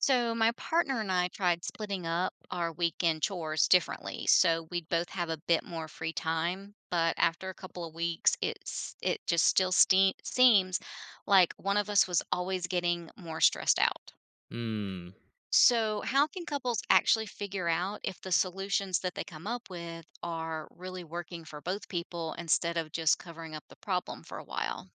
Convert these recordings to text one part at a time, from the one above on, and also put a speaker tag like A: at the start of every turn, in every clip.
A: So, my partner and I tried splitting up our weekend chores differently so we'd both have a bit more free time, but after a couple of weeks, it just still seems like one of us was always getting more stressed out.
B: Hmm.
A: So, how can couples actually figure out if the solutions that they come up with are really working for both people instead of just covering up the problem for a while?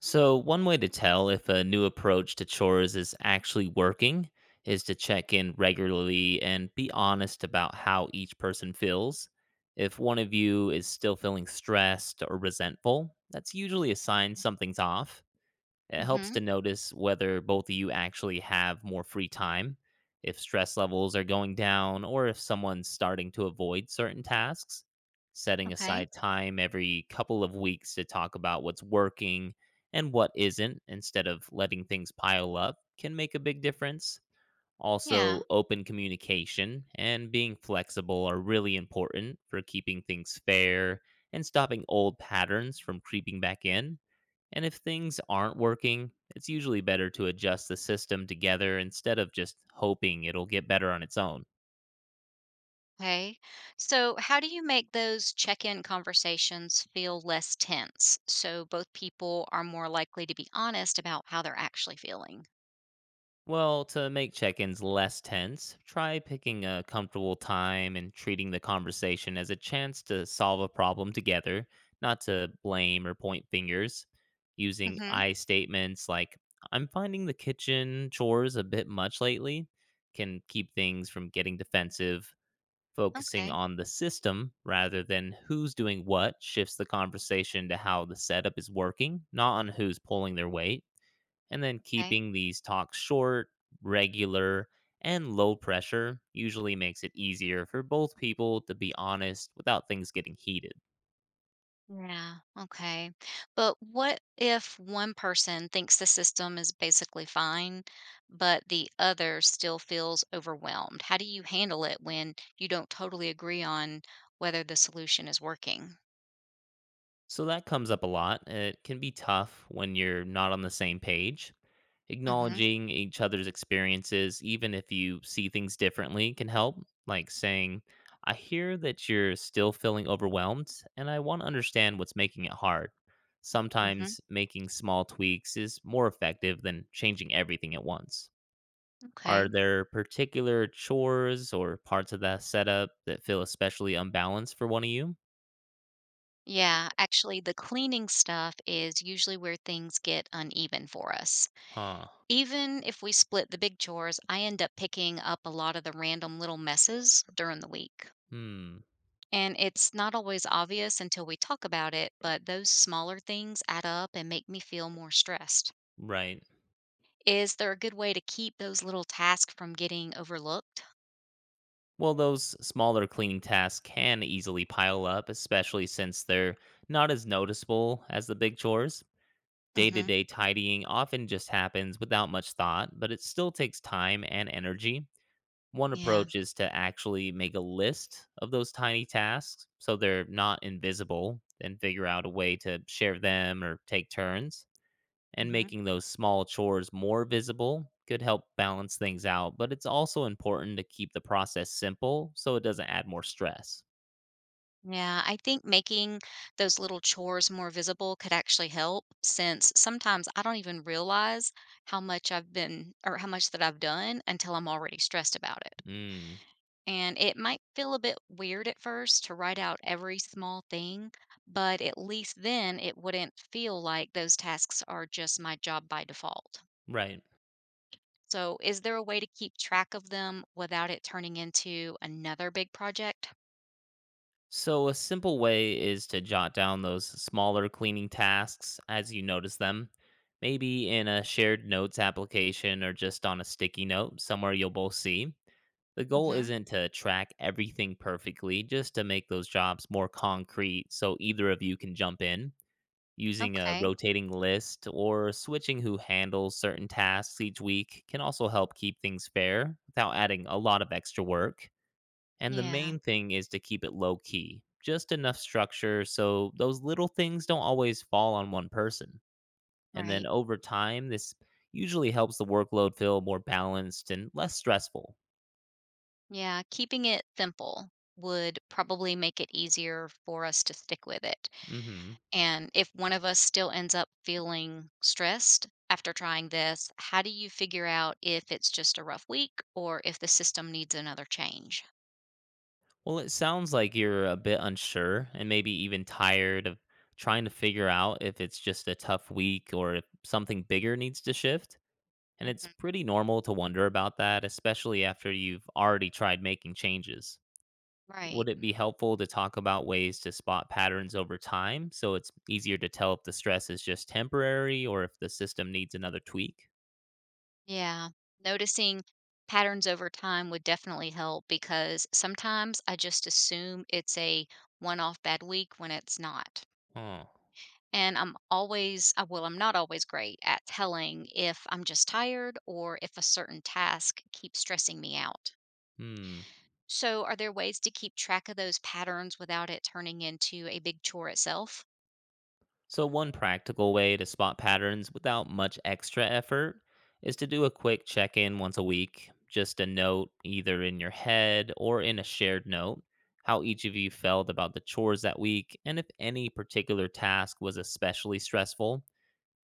B: So, one way to tell if a new approach to chores is actually working is to check in regularly and be honest about how each person feels. If one of you is still feeling stressed or resentful, that's usually a sign something's off. It helps to
A: Mhm.
B: notice whether both of you actually have more free time, if stress levels are going down, or if someone's starting to avoid certain tasks. Setting
A: Okay.
B: aside time every couple of weeks to talk about what's working and what isn't instead of letting things pile up can make a big difference.
A: Yeah.
B: Also, open communication and being flexible are really important for keeping things fair and stopping old patterns from creeping back in. And if things aren't working, it's usually better to adjust the system together instead of just hoping it'll get better on its own.
A: Okay. So, how do you make those check in conversations feel less tense so both people are more likely to be honest about how they're actually feeling?
B: Well, to make check ins less tense, try picking a comfortable time and treating the conversation as a chance to solve a problem together, not to blame or point fingers. Using
A: Hmm.
B: I statements like, I'm finding the kitchen chores a bit much lately, can keep things from getting defensive. Focusing
A: Okay.
B: on the system rather than who's doing what shifts the conversation to how the setup is working, not on who's pulling their weight and then
A: Okay.
B: keeping these talks short, regular, and low pressure usually makes it easier for both people to be honest without things getting heated.
A: Yeah. Okay. But what if one person thinks the system is basically fine, but the other still feels overwhelmed? How do you handle it when you don't totally agree on whether the solution is working?
B: So that comes up a lot. It can be tough when you're not on the same page.
A: Hmm.
B: Acknowledging each other's experiences, even if you see things differently, can help. Like saying, I hear that you're still feeling overwhelmed, and I want to understand what's making it hard.
A: Hmm.
B: Sometimes making small tweaks is more effective than changing everything at once.
A: Okay.
B: Are there particular chores or parts of that setup that feel especially unbalanced for one of you?
A: Yeah, actually, the cleaning stuff is usually where things get uneven for us.
B: Huh.
A: Even if we split the big chores, I end up picking up a lot of the random little messes during the week.
B: Hmm.
A: And it's not always obvious until we talk about it, but those smaller things add up and make me feel more stressed.
B: Right.
A: Is there a good way to keep those little tasks from getting overlooked?
B: Well, those smaller cleaning tasks can easily pile up, especially since they're not as noticeable as the big chores. Day to
A: Hmm.
B: day tidying often just happens without much thought, but it still takes time and energy. One
A: Yeah.
B: approach is to actually make a list of those tiny tasks so they're not invisible and figure out a way to share them or take turns and making those small chores more visible could help balance things out, but it's also important to keep the process simple so it doesn't add more stress.
A: Yeah, I think making those little chores more visible could actually help since sometimes I don't even realize how much that I've done until I'm already stressed about it.
B: Mm,
A: And it might feel a bit weird at first to write out every small thing, but at least then it wouldn't feel like those tasks are just my job by default.
B: right.
A: So, is there a way to keep track of them without it turning into another big project?
B: So, a simple way is to jot down those smaller cleaning tasks as you notice them, maybe in a shared notes application or just on a sticky note somewhere you'll both see. The goal
A: Hmm.
B: isn't to track everything perfectly, just to make those jobs more concrete so either of you can jump in. Using a
A: Okay.
B: rotating list or switching who handles certain tasks each week can also help keep things fair without adding a lot of extra work. And the
A: Yeah,
B: main thing is to keep it low key, just enough structure so those little things don't always fall on one person. And then
A: right.
B: over time, this usually helps the workload feel more balanced and less stressful.
A: Yeah, keeping it simple would probably make it easier for us to stick with it.
B: Mhm.
A: And if one of us still ends up feeling stressed after trying this, how do you figure out if it's just a rough week or if the system needs another change?
B: Well, it sounds like you're a bit unsure and maybe even tired of trying to figure out if it's just a tough week or if something bigger needs to shift. And it's
A: Mhm.
B: pretty normal to wonder about that, especially after you've already tried making changes.
A: Right.
B: Would it be helpful to talk about ways to spot patterns over time so it's easier to tell if the stress is just temporary or if the system needs another tweak?
A: Yeah. Noticing patterns over time would definitely help because sometimes I just assume it's a one off bad week when it's not.
B: Oh,
A: And I'm not always great at telling if I'm just tired or if a certain task keeps stressing me out.
B: hmm.
A: So, are there ways to keep track of those patterns without it turning into a big chore itself?
B: So, one practical way to spot patterns without much extra effort is to do a quick check in once a week, just a note either in your head or in a shared note, how each of you felt about the chores that week and if any particular task was especially stressful.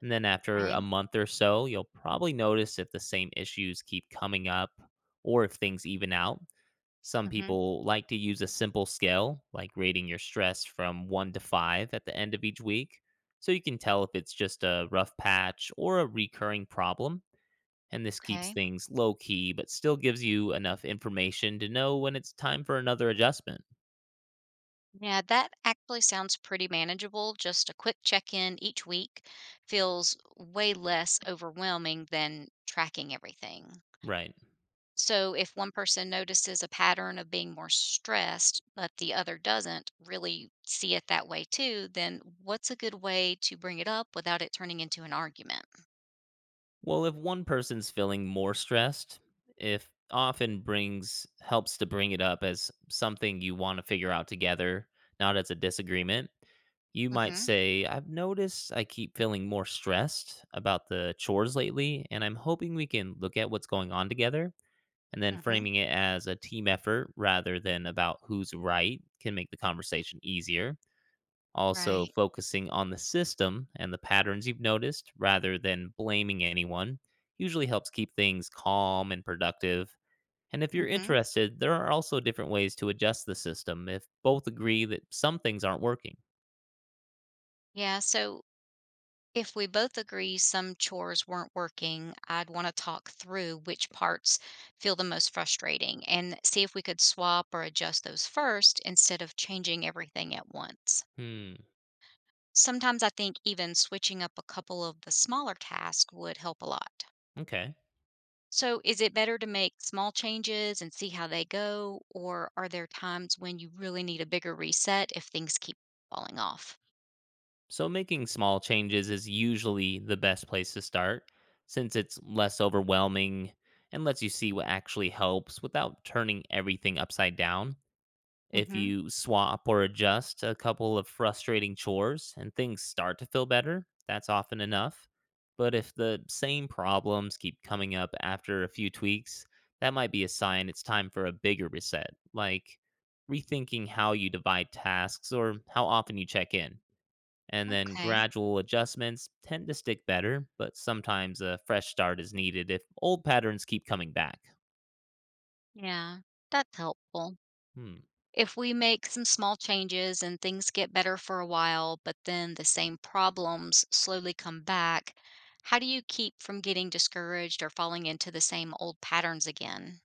B: And then, after
A: Okay.
B: a month or so, you'll probably notice if the same issues keep coming up or if things even out. Some
A: Hmm.
B: people like to use a simple scale, like rating your stress from 1 to 5 at the end of each week, so you can tell if it's just a rough patch or a recurring problem. And this keeps
A: Okay.
B: things low key, but still gives you enough information to know when it's time for another adjustment.
A: Yeah, that actually sounds pretty manageable. Just a quick check in each week feels way less overwhelming than tracking everything.
B: Right.
A: So if one person notices a pattern of being more stressed, but the other doesn't really see it that way too, then what's a good way to bring it up without it turning into an argument?
B: Well, if one person's feeling more stressed, if often brings helps to bring it up as something you want to figure out together, not as a disagreement. You might
A: Mm-hmm.
B: say, I've noticed I keep feeling more stressed about the chores lately, and I'm hoping we can look at what's going on together. And then
A: Mm-hmm.
B: framing it as a team effort rather than about who's right can make the conversation easier. Also,
A: Right.
B: focusing on the system and the patterns you've noticed rather than blaming anyone usually helps keep things calm and productive. And if you're
A: Mm-hmm.
B: interested, there are also different ways to adjust the system if both agree that some things aren't working.
A: Yeah. So if we both agree some chores weren't working, I'd want to talk through which parts feel the most frustrating and see if we could swap or adjust those first instead of changing everything at once.
B: Hmm,
A: Sometimes I think even switching up a couple of the smaller tasks would help a lot.
B: okay.
A: So, is it better to make small changes and see how they go, or are there times when you really need a bigger reset if things keep falling off?
B: So, making small changes is usually the best place to start since it's less overwhelming and lets you see what actually helps without turning everything upside down. If
A: Hmm.
B: you swap or adjust a couple of frustrating chores and things start to feel better, that's often enough. But if the same problems keep coming up after a few tweaks, that might be a sign it's time for a bigger reset, like rethinking how you divide tasks or how often you check in. And then
A: Okay,
B: gradual adjustments tend to stick better, but sometimes a fresh start is needed if old patterns keep coming back.
A: yeah, that's helpful.
B: Hmm.
A: If we make some small changes and things get better for a while, but then the same problems slowly come back, how do you keep from getting discouraged or falling into the same old patterns again?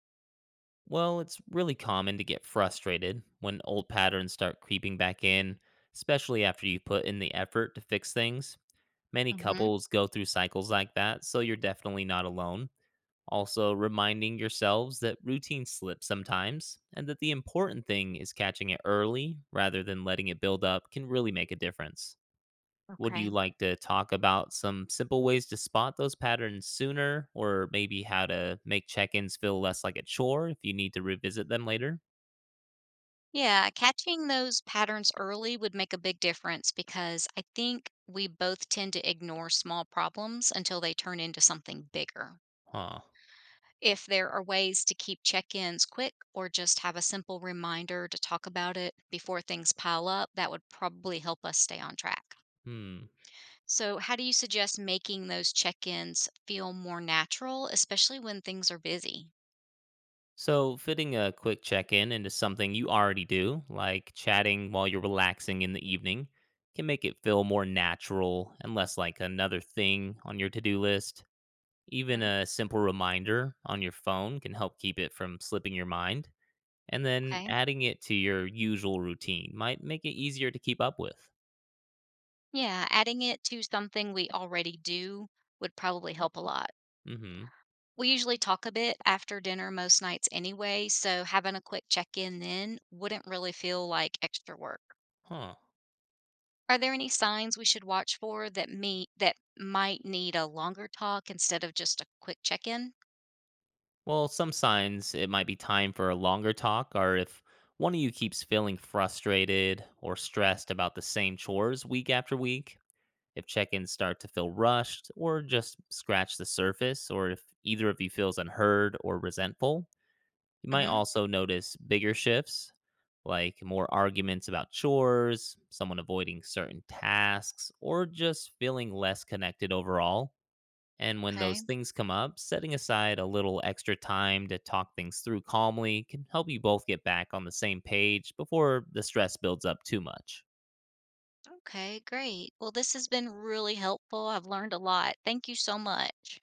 B: Well, it's really common to get frustrated when old patterns start creeping back in, especially after you put in the effort to fix things. Many
A: Hmm.
B: couples go through cycles like that, so you're definitely not alone. Also, reminding yourselves that routines slip sometimes, and that the important thing is catching it early rather than letting it build up can really make a difference. Would you
A: Okay.
B: like to talk about some simple ways to spot those patterns sooner, or maybe how to make check ins feel less like a chore if you need to revisit them later?
A: Yeah, catching those patterns early would make a big difference because I think we both tend to ignore small problems until they turn into something bigger.
B: Huh.
A: If there are ways to keep check ins quick or just have a simple reminder to talk about it before things pile up, that would probably help us stay on track.
B: Hmm.
A: So, how do you suggest making those check ins feel more natural, especially when things are busy?
B: So, fitting a quick check in into something you already do, like chatting while you're relaxing in the evening, can make it feel more natural and less like another thing on your to do list. Even
A: Mhm.
B: a simple reminder on your phone can help keep it from slipping your mind. And then
A: Okay.
B: adding it to your usual routine might make it easier to keep up with.
A: Yeah, adding it to something we already do would probably help a lot.
B: Mhm.
A: We usually talk a bit after dinner most nights anyway, so having a quick check in then wouldn't really feel like extra work.
B: Huh.
A: Are there any signs we should watch for that might need a longer talk instead of just a quick check in?
B: Well, some signs it might be time for a longer talk are if one of you keeps feeling frustrated or stressed about the same chores week after week, if check-ins start to feel rushed or just scratch the surface or if either of you feels unheard or resentful. You might
A: Hmm.
B: also notice bigger shifts, like more arguments about chores, someone avoiding certain tasks, or just feeling less connected overall. And when those
A: Okay.
B: things come up, setting aside a little extra time to talk things through calmly can help you both get back on the same page before the stress builds up too much.
A: Okay, great. Well, this has been really helpful. I've learned a lot. Thank you so much.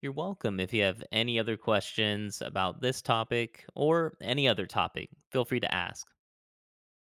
B: You're welcome. If you have any other questions about this topic or any other topic, feel free to ask.